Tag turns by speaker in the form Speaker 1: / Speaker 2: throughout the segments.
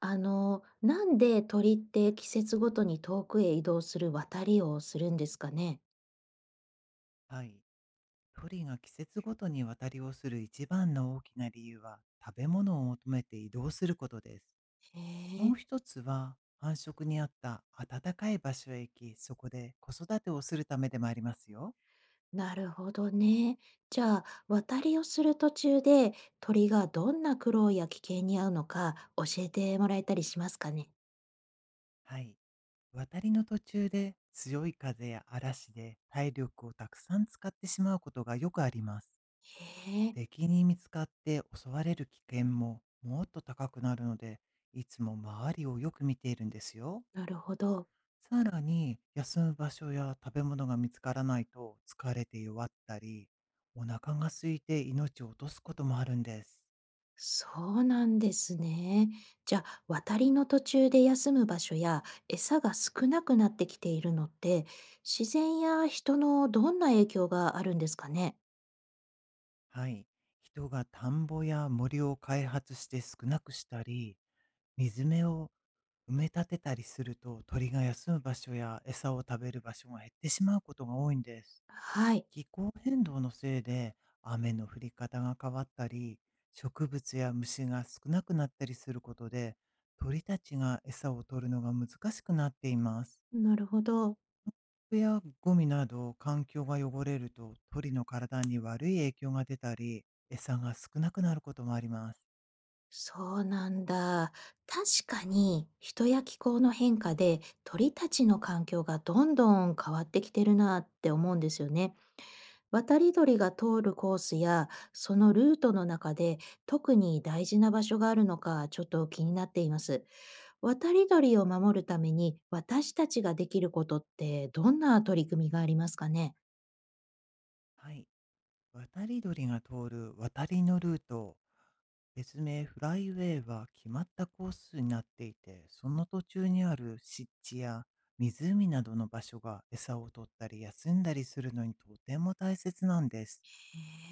Speaker 1: なんで鳥って季節ごとに遠くへ移動する渡りをするんですかね。
Speaker 2: はい。鳥が季節ごとに渡りをする一番の大きな理由は、食べ物を求めて移動することです。
Speaker 1: へえ。
Speaker 2: もう一つは、繁殖にあった暖かい場所へ行き、そこで子育てをするためでもありますよ。
Speaker 1: なるほどね。じゃあ、渡りをする途中で鳥がどんな苦労や危険に遭うのか教えてもらえたりしますかね。
Speaker 2: はい。渡りの途中で強い風や嵐で体力をたくさん使ってしまうことがよくあります。
Speaker 1: へえ。
Speaker 2: 敵に見つかって襲われる危険ももっと高くなるので、いつも周りをよく見ているんですよ。
Speaker 1: なるほど。
Speaker 2: さらに、休む場所や食べ物が見つからないと疲れて弱ったり、お腹が空いて命を落とすこともあるんです。
Speaker 1: そうなんですね。じゃあ、渡りの途中で休む場所や餌が少なくなってきているのって、自然や人のどんな影響があるんですかね。
Speaker 2: はい。人が田んぼや森を開発して少なくしたり、水辺を埋め立てたりすると鳥が休む場所や餌を食べる場所が減ってしまうことが多いんです。
Speaker 1: はい。
Speaker 2: 気候変動のせいで雨の降り方が変わったり、植物や虫が少なくなったりすることで、鳥たちが餌を取るのが難しくなっています。
Speaker 1: なるほど。
Speaker 2: 服やゴミなど環境が汚れると鳥の体に悪い影響が出たり、餌が少なくなることもあります。
Speaker 1: そうなんだ。確かに人や気候の変化で鳥たちの環境がどんどん変わってきてるなって思うんですよね。渡り鳥が通るコースやそのルートの中で特に大事な場所があるのかちょっと気になっています。渡り鳥を守るために私たちができることってどんな取り組みがありますかね。
Speaker 2: はい。渡り鳥が通る渡りのルート、別名フライウェイは決まったコースになっていて、その途中にある湿地や湖などの場所が餌を取ったり休んだりするのにとても大切なんです。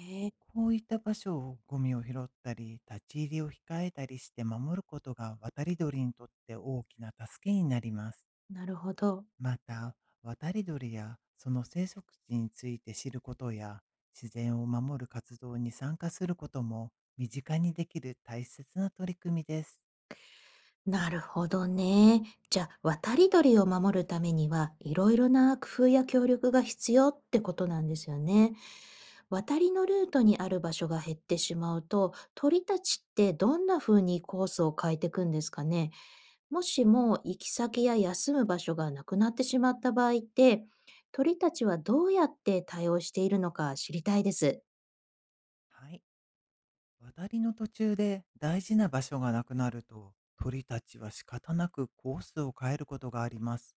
Speaker 1: へえ。
Speaker 2: こういった場所をゴミを拾ったり、立ち入りを控えたりして守ることが渡り鳥にとって大きな助けになります。
Speaker 1: なるほど。
Speaker 2: また、渡り鳥やその生息地について知ることや、自然を守る活動に参加することも身近にできる大切な取り組みです。
Speaker 1: なるほどね。じゃあ、渡り鳥を守るためには、いろいろな工夫や協力が必要ってことなんですよね。渡りのルートにある場所が減ってしまうと、鳥たちってどんな風にコースを変えていくんですかね。もしも行き先や休む場所がなくなってしまった場合って、鳥たちはどうやって対応しているのか知りたいです。
Speaker 2: はい。渡りの途中で大事な場所がなくなると、鳥たちは仕方なくコースを変えることがあります。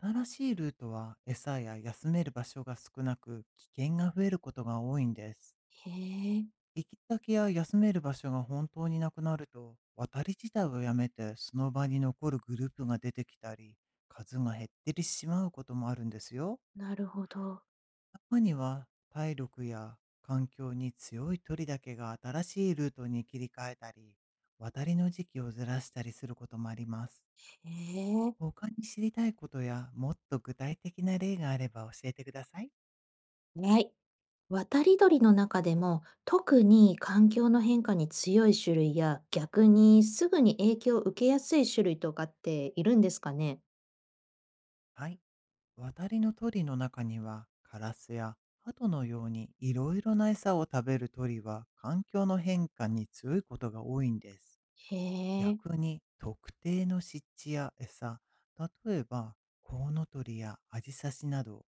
Speaker 2: 新しいルートは餌や休める場所が少なく、危険が増えることが多いんです。
Speaker 1: へえ。
Speaker 2: 行き先や休める場所が本当になくなると、渡り自体をやめてその場に残るグループが出てきたり、数が減ってしまうこともあるんですよ。
Speaker 1: なるほど。
Speaker 2: 中には体力や環境に強い鳥だけが新しいルートに切り替えたり、渡りの時期をずらしたりすることもあります。
Speaker 1: へえ。
Speaker 2: 他に知りたいことやもっと具体的な例があれば教えてください。
Speaker 1: はい。渡り鳥の中でも特に環境の変化に強い種類や逆にすぐに影響を受けやすい種類とかっているんですかね。
Speaker 2: はい。渡りの鳥の中にはカラスや鳩のようにいろいろな餌を食べる鳥は環境の変化に強いことが多いんです。
Speaker 1: へえ。
Speaker 2: 逆に特定の湿地や餌、例えばコウノトリやアジサシなど、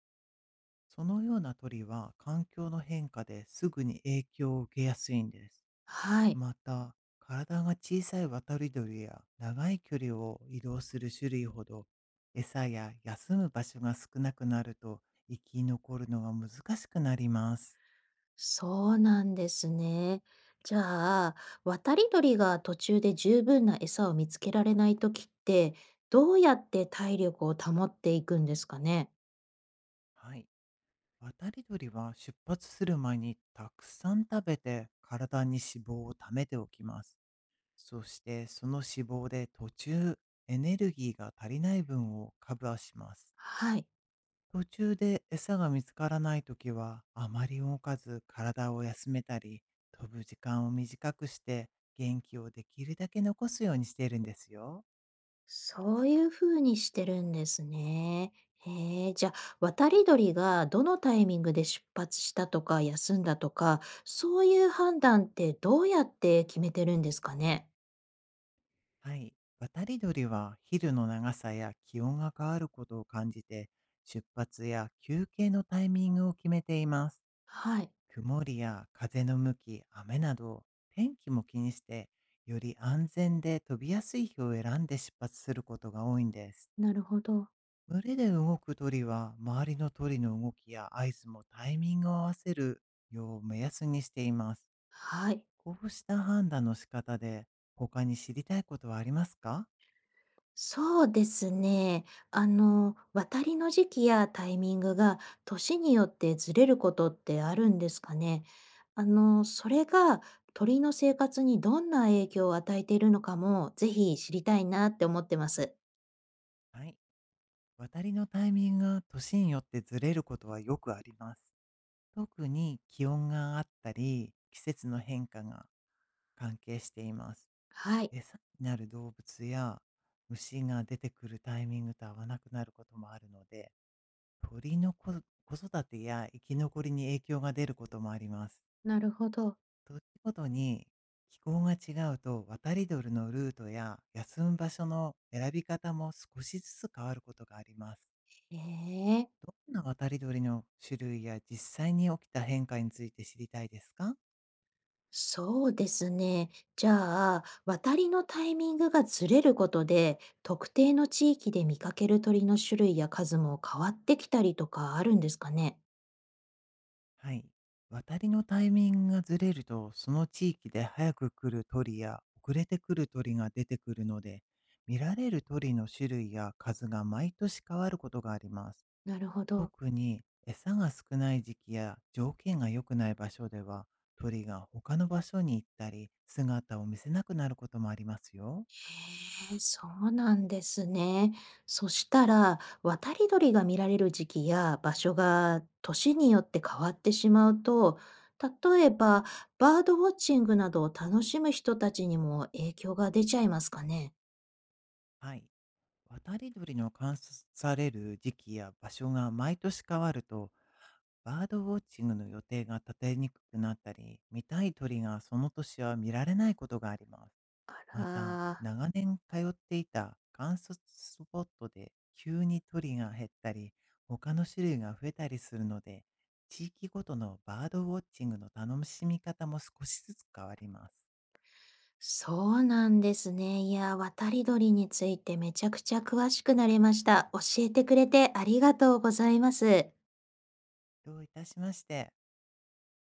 Speaker 2: そのような鳥は環境の変化ですぐに影響を受けやすいんです。
Speaker 1: はい。
Speaker 2: また、体が小さい渡り鳥や長い距離を移動する種類ほど、餌や休む場所が少なくなると生き残るのが難しくなります。
Speaker 1: そうなんですね。じゃあ、渡り鳥が途中で十分な餌を見つけられないときって、どうやって体力を保っていくんですかね。
Speaker 2: はい。渡り鳥は出発する前にたくさん食べて体に脂肪を貯めておきます。そしてその脂肪で途中エネルギーが足りない分をカバーします。
Speaker 1: はい。
Speaker 2: 途中で餌が見つからないときは、あまり動かず体を休めたり、飛ぶ時間を短くして、元気をできるだけ残すようにしているんですよ。
Speaker 1: そういう風にしてるんですね。へえ。じゃあ、渡り鳥がどのタイミングで出発したとか休んだとか、そういう判断ってどうやって決めてるんですかね？
Speaker 2: はい。渡り鳥は昼の長さや気温が変わることを感じて、出発や休憩のタイミングを決めています。
Speaker 1: はい。
Speaker 2: 曇りや風の向き、雨など、天気も気にして、より安全で飛びやすい日を選んで出発することが多いんです。
Speaker 1: なるほど。
Speaker 2: 群れで動く鳥は、周りの鳥の動きや合図もタイミングを合わせるよう目安にしています。
Speaker 1: はい。
Speaker 2: こうした判断の仕方で、他に知りたいことはありますか？
Speaker 1: そうですね。渡りの時期やタイミングが年によってずれることってあるんですかね。それが鳥の生活にどんな影響を与えているのかも、ぜひ知りたいなって思ってます。
Speaker 2: はい。渡りのタイミングが年によってずれることはよくあります。特に気温があったり、季節の変化が関係しています。
Speaker 1: はい。
Speaker 2: 餌になる動物や虫が出てくるタイミングと合わなくなることもあるので、鳥の子子育てや生き残りに影響が出ることもあります。
Speaker 1: なるほど。
Speaker 2: 土地ごとに気候が違うと渡り鳥のルートや休む場所の選び方も少しずつ変わることがあります。
Speaker 1: ええ、
Speaker 2: どんな渡り鳥の種類や実際に起きた変化について知りたいですか？
Speaker 1: そうですね。じゃあ、渡りのタイミングがずれることで、特定の地域で見かける鳥の種類や数も変わってきたりとかあるんですかね。
Speaker 2: はい。渡りのタイミングがずれると、その地域で早く来る鳥や遅れて来る鳥が出てくるので、見られる鳥の種類や数が毎年変わることがあります。
Speaker 1: なるほど。
Speaker 2: 特に餌が少ない時期や条件が良くない場所では、鳥が他の場所に行ったり、姿を見せなくなることもありますよ。
Speaker 1: へえ、そうなんですね。そしたら、渡り鳥が見られる時期や場所が年によって変わってしまうと、例えば、バードウォッチングなどを楽しむ人たちにも影響が出ちゃいますかね。
Speaker 2: はい。渡り鳥の観察される時期や場所が毎年変わると、バードウォッチングの予定が立てにくくなったり、見たい鳥がその年は見られないことがあります。
Speaker 1: あ
Speaker 2: また、
Speaker 1: ら、
Speaker 2: 長年通っていた観察スポットで急に鳥が減ったり、他の種類が増えたりするので、地域ごとのバードウォッチングの楽しみ方も少しずつ変わります。
Speaker 1: そうなんですね。いや、渡り鳥についてめちゃくちゃ詳しくなれました。教えてくれてありがとうございます。
Speaker 2: どういたしまして。